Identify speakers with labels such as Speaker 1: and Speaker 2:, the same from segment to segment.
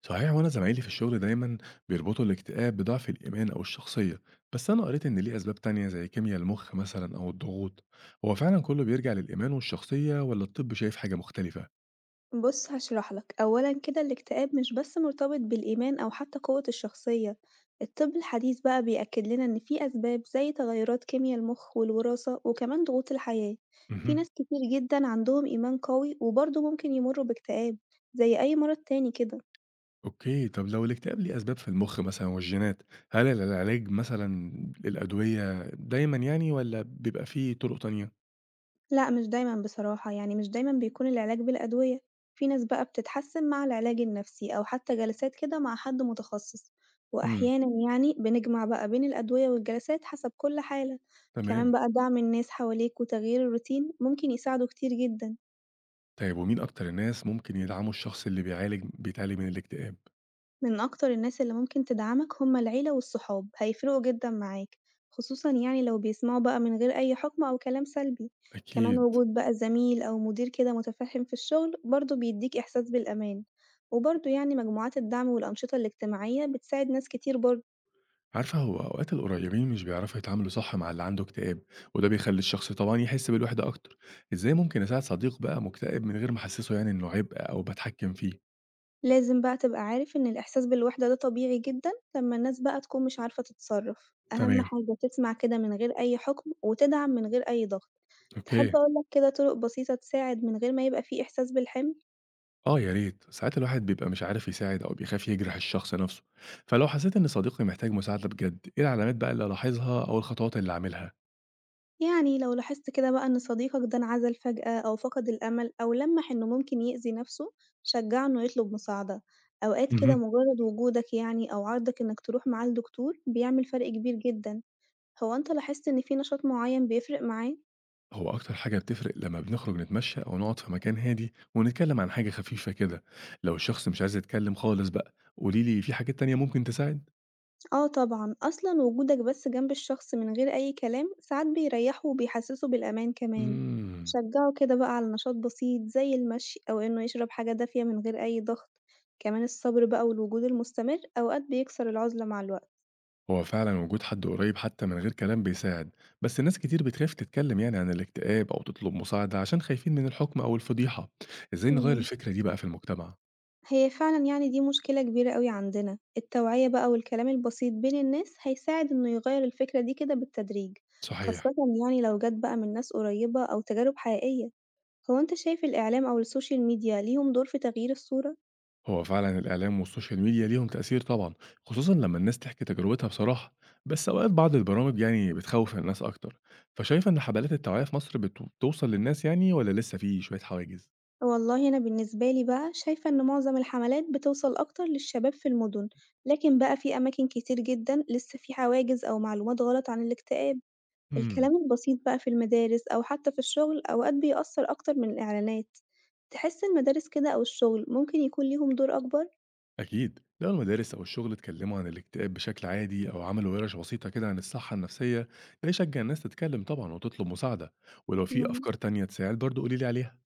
Speaker 1: صحيح، وانا زمايلي في الشغل دايما بيربطوا الاكتئاب بضعف الايمان او الشخصيه. بس انا قريت ان ليه اسباب تانية زي كيمياء المخ مثلا او الضغوط. هو فعلا كله بيرجع للايمان والشخصيه ولا الطب شايف حاجه مختلفه؟
Speaker 2: بُص هاشرح لك، أولًا كده الاكتئاب مش بس مرتبط بالإيمان أو حتى قوة الشخصية، الطب الحديث بقى بيأكد لنا إن في أسباب زي تغيرات كيميا المخ والوراثة وكمان ضغوط الحياة. في
Speaker 1: مهم.
Speaker 2: ناس كتير جدًا عندهم إيمان قوي وبرضه ممكن يمروا باكتئاب زي أي مرض تاني كده.
Speaker 1: اوكي، طب لو الاكتئاب ليه اسباب في المخ مثلا والجينات، هل العلاج مثلا الادويه دايما يعني ولا بيبقى فيه طرق تانية؟
Speaker 2: لأ مش دايمًا بصراحة، يعني مش دايمًا بيكون العلاج بالأدوية، في ناس بقى بتتحسّن مع العلاج النفسي أو حتى جلسات كده مع حد متخصص،
Speaker 1: مم.
Speaker 2: وأحيانًا يعني بنجمع بقى بين الأدوية والجلسات حسب كل حالة. كمان
Speaker 1: تمام.
Speaker 2: بقى دعم الناس حواليك وتغيير الروتين ممكن يساعدوا كتير جدًا.
Speaker 1: طيب، ومين اكتر الناس ممكن يدعموا الشخص اللي بيتعالج من الاكتئاب؟
Speaker 2: من أكتر الناس اللي ممكن تدعمك هما العيلة والصحاب، هيفرقوا جدًا معاك، خصوصًا يعني لو بيسمعوا بقى من غير أي حكم أو كلام سلبي. كمان
Speaker 1: اكيد.
Speaker 2: وجود بقى زميل أو مدير كده متفهم في الشغل برضه بيديك إحساس بالأمان، وبرضه يعني مجموعات الدعم والأنشطة الاجتماعية بتساعد ناس كتير برضه.
Speaker 1: عارفة، هو أوقات القريبين مش بيعرفوا يتعاملوا صح مع اللي عنده اكتئاب، وده بيخلي الشخص طبعا يحس بالوحدة أكتر. إزاي ممكن أساعد صديق بقى مكتئب من غير ما أحسسه يعني إنه عبء أو بتحكم فيه؟
Speaker 2: لازم بقى تبقى عارف إن الإحساس بالوحدة ده طبيعي جدًا لمّا الناس بقى تكون مش عارفة تتصرّف. أهم
Speaker 1: تمام.
Speaker 2: حاجة تسمع كده من غير أي حكم وتدعم من غير أي ضغط.
Speaker 1: أوكي.
Speaker 2: تحب أقول لك كده طرق بسيطة تساعد من غير ما يبقى في إحساس بالحمل؟
Speaker 1: آه، يا ريت، ساعات الواحد بيبقى مش عارف يساعد أو بيخاف يجرح الشخص نفسه، فلو حسيت إن صديقي محتاج مساعدة بجد، إيه العلامات بقى اللي ألاحظها أو الخطوات اللي أعملها؟
Speaker 2: يعني لو لاحظت كده بقى إن صديقك ده انعزل فجأة أو فقد الأمل أو لمّح إنه ممكن يأذي نفسه، شجعه إنه يطلب مساعدة. أوقات كده
Speaker 1: مهم.
Speaker 2: مجرد وجودك يعني أو عرضك إنك تروح معاه لدكتور بيعمل فرق كبير جدًا. هو أنت لاحظت إن في نشاط معين بيفرق معاه؟
Speaker 1: هو أكتر حاجة بتفرق لما بنخرج نتمشى أو نقعد في مكان هادي ونتكلم عن حاجة خفيفة كده. لو الشخص مش عايز يتكلم خالص بقى قوليلي في حاجات تانية ممكن تساعد.
Speaker 2: آه طبعًا، أصلًا وجودك بس جنب الشخص من غير أي كلام ساعات بيريحه وبيحسسه بالأمان كمان.
Speaker 1: إمم،
Speaker 2: شجعه كده بقى على نشاط بسيط زي المشي أو إنه يشرب حاجة دافية من غير أي ضغط، كمان الصبر بقى والوجود المستمر أوقات بيكسر العزلة مع الوقت.
Speaker 1: هو فعلًا وجود حد قريب حتى من غير كلام بيساعد، بس ناس كتير بتخاف تتكلم يعني عن الاكتئاب أو تطلب مساعدة عشان خايفين من الحُكم أو الفضيحة، إزاي نغيّر
Speaker 2: إمم،
Speaker 1: الفكرة دي بقى في المجتمع؟
Speaker 2: هي فعلًا يعني دي مشكلة كبيرة أوي عندنا، التوعية بقى والكلام البسيط بين الناس هيساعد إنه يغير الفكرة دي كده بالتدريج، خاصةً
Speaker 1: صحيح،
Speaker 2: يعني لو جات بقى من ناس قريبة أو تجارب حقيقية. هو أنت شايف الإعلام أو السوشيال ميديا ليهم دور في تغيير الصورة؟
Speaker 1: هو فعلًا الإعلام والسوشيال ميديا ليهم تأثير طبعًا، خصوصًا لمّا الناس تحكي تجربتها بصراحة، بس أوقات بعض البرامج يعني بتخوّف الناس أكتر، فشايفة إن حملات التوعية في مصر بتوصل للناس يعني والّا لسه في شوية حواجز؟
Speaker 2: والله أنا بالنسبة لي بقى شايفة إن معظم الحملات بتوصل أكتر للشباب في المدن، لكن بقى في أماكن كتير جدًا لسه في حواجز أو معلومات غلط عن الاكتئاب.
Speaker 1: إمم.
Speaker 2: الكلام البسيط بقى في المدارس أو حتى في الشغل أوقات بيأثر أكتر من الإعلانات، تحس المدارس كده أو الشغل ممكن يكون ليهم دور أكبر؟
Speaker 1: أكيد، لو المدارس أو الشغل اتكلموا عن الاكتئاب بشكل عادي أو عملوا ورش بسيطة كده عن الصحة النفسية، ده يشجع الناس تتكلم طبعا وتطلب مساعدة. ولو في
Speaker 2: إمم.
Speaker 1: أفكار تانية تساعد برضو قوليلي عليها.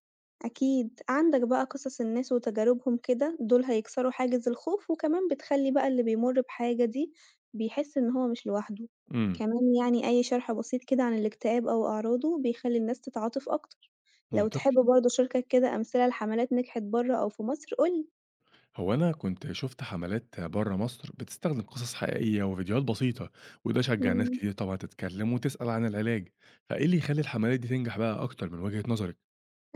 Speaker 2: أكيد، عندك بقى قصص الناس وتجاربهم كده، دول هيكسروا حاجز الخوف وكمان بتخلّي بقى اللي بيمُر بحاجة دي بيحس إن هو مش لوحده.
Speaker 1: امم.
Speaker 2: كمان يعني أي شرح بسيط كده عن الاكتئاب أو أعراضه بيخلّي الناس تتعاطف أكتر. لو تحب
Speaker 1: منطقي.
Speaker 2: برضه أشاركك كده أمثلة لحملات نجحت برّه أو في مصر قُل لي.
Speaker 1: هو أنا كنت شفت حملات بره مصر بتستخدم قصص حقيقية وفيديوهات بسيطة، وده شجع ناس
Speaker 2: إمم.
Speaker 1: كتير طبعا تتكلم وتسأل عن العلاج. فإيه اللي يخلي الحملات دي تنجح بقى أكتر من وجهة نظرك؟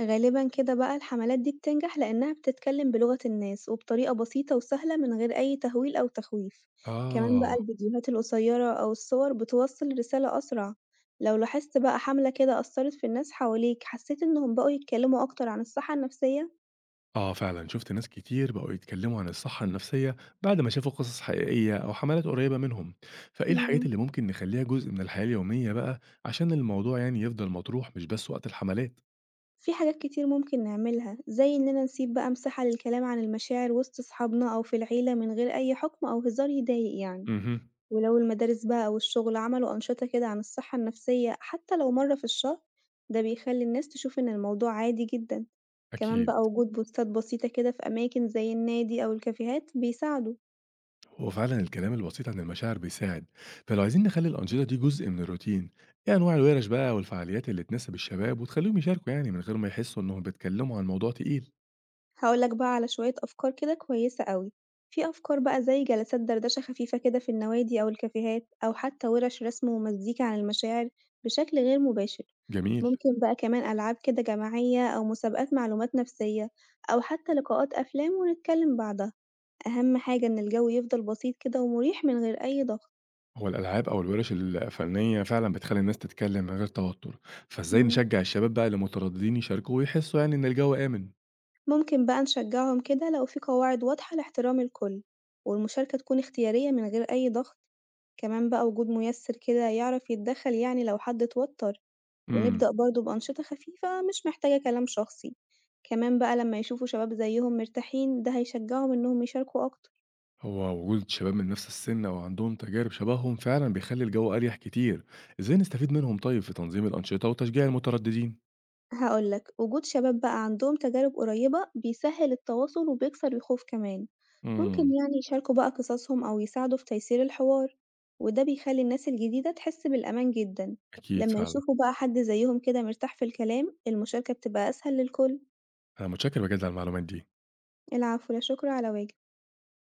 Speaker 2: غالبًا كده بقى الحملات دي بتنجح لإنها بتتكلم بلغة الناس وبطريقة بسيطة وسهلة من غير أي تهويل أو تخويف، كمان بقى
Speaker 1: آه.
Speaker 2: الفيديوهات القصيرة أو الصور بتوصل رسالة أسرع. لو لاحظت بقى حملة كده أثرت في الناس حواليك حسيت إنهم بقوا يتكلموا أكتر عن الصحة النفسية؟
Speaker 1: آه، فعلا شفت ناس كتير بقوا يتكلموا عن الصحة النفسية بعد ما شافوا قصص حقيقية أو حملات قريبة منهم. فإيه الحاجات
Speaker 2: مم،
Speaker 1: اللي ممكن نخليها جزء من الحياة اليومية بقى عشان الموضوع يعني يفضل مطروح مش بس وقت الحملات؟
Speaker 2: في حاجات كتير ممكن نعملها زي إننا نسيب بقى مساحة للكلام عن المشاعر وسط صحابنا أو في العيلة من غير أي حكم أو هزار يضايق يعني.
Speaker 1: اها.
Speaker 2: ولو المدارس بقى أو الشغل عملوا أنشطة كده عن الصحة النفسية حتى لو مرة في الشهر، ده بيخلي الناس تشوف إن الموضوع عادي جدًا. كمان
Speaker 1: أكيد.
Speaker 2: بقى وجود بوستات بسيطة كده في أماكن زي النادي أو الكافيهات بيساعدوا.
Speaker 1: هو فعلا الكلام البسيط عن المشاعر بيساعد. فلو عايزين نخلي الأنشطة دي جزء من الروتين، إيه أنواع الورش بقى والفعاليات اللي تناسب الشباب وتخليهم يشاركوا يعني من غير ما يحسوا إنهم بيتكلموا عن موضوع تقيل؟
Speaker 2: هاقول لك بقى على شوية أفكار كده كويسة أوي. في أفكار بقى زي جلسات دردشة خفيفة كده في النوادي أو الكافيهات أو حتى ورش رسم ومزيكا عن المشاعر بشكل غير مباشر.
Speaker 1: جميل.
Speaker 2: ممكن بقى كمان ألعاب كده جماعية أو مسابقات معلومات نفسية أو حتى لقاءات أفلام ونتكلم بعدها. أهم حاجة إن الجو يفضل بسيط كده ومريح من غير أي ضغط.
Speaker 1: هو الألعاب أو الورش الفنية فعلًا بتخلّي الناس تتكلم من غير توتر، فإزاي
Speaker 2: مم.
Speaker 1: نشجع الشباب بقى اللي مترددين يشاركوا ويحسوا يعني إن الجو آمن؟
Speaker 2: ممكن بقى نشجعهم كده لو في قواعد واضحة لاحترام الكل، والمشاركة تكون اختيارية من غير أي ضغط، كمان بقى وجود ميسر كده يعرف يتدخل يعني لو حد اتوتر،
Speaker 1: إمم.
Speaker 2: ونبدأ برضه بأنشطة خفيفة مش محتاجة كلام شخصي. كمان بقى لما يشوفوا شباب زيهم مرتاحين ده هيشجعهم إنهم يشاركوا أكتر.
Speaker 1: هو وجود شباب من نفس السن أو عندهم تجارب شبههم فعلًا بيخلّي الجو أريح كتير، إزاي نستفيد منهم طيب في تنظيم الأنشطة وتشجيع المترددين؟
Speaker 2: هاقول لك، وجود شباب بقى عندهم تجارب قريبة بيسهّل التواصل وبيكسر الخوف كمان، ممكن
Speaker 1: إمم.
Speaker 2: يعني يشاركوا بقى قصصهم أو يساعدوا في تيسير الحوار، وده بيخلّي الناس الجديدة تحس بالأمان جدًا.
Speaker 1: أكيد
Speaker 2: لمّا
Speaker 1: فعلًا.
Speaker 2: يشوفوا بقى حد زيّهم كده مرتاح في الكلام، المشاركة بتبقى أسهل للكل.
Speaker 1: أنا متشكر بجد على المعلومات دي.
Speaker 2: العفو، لا شكر على واجب.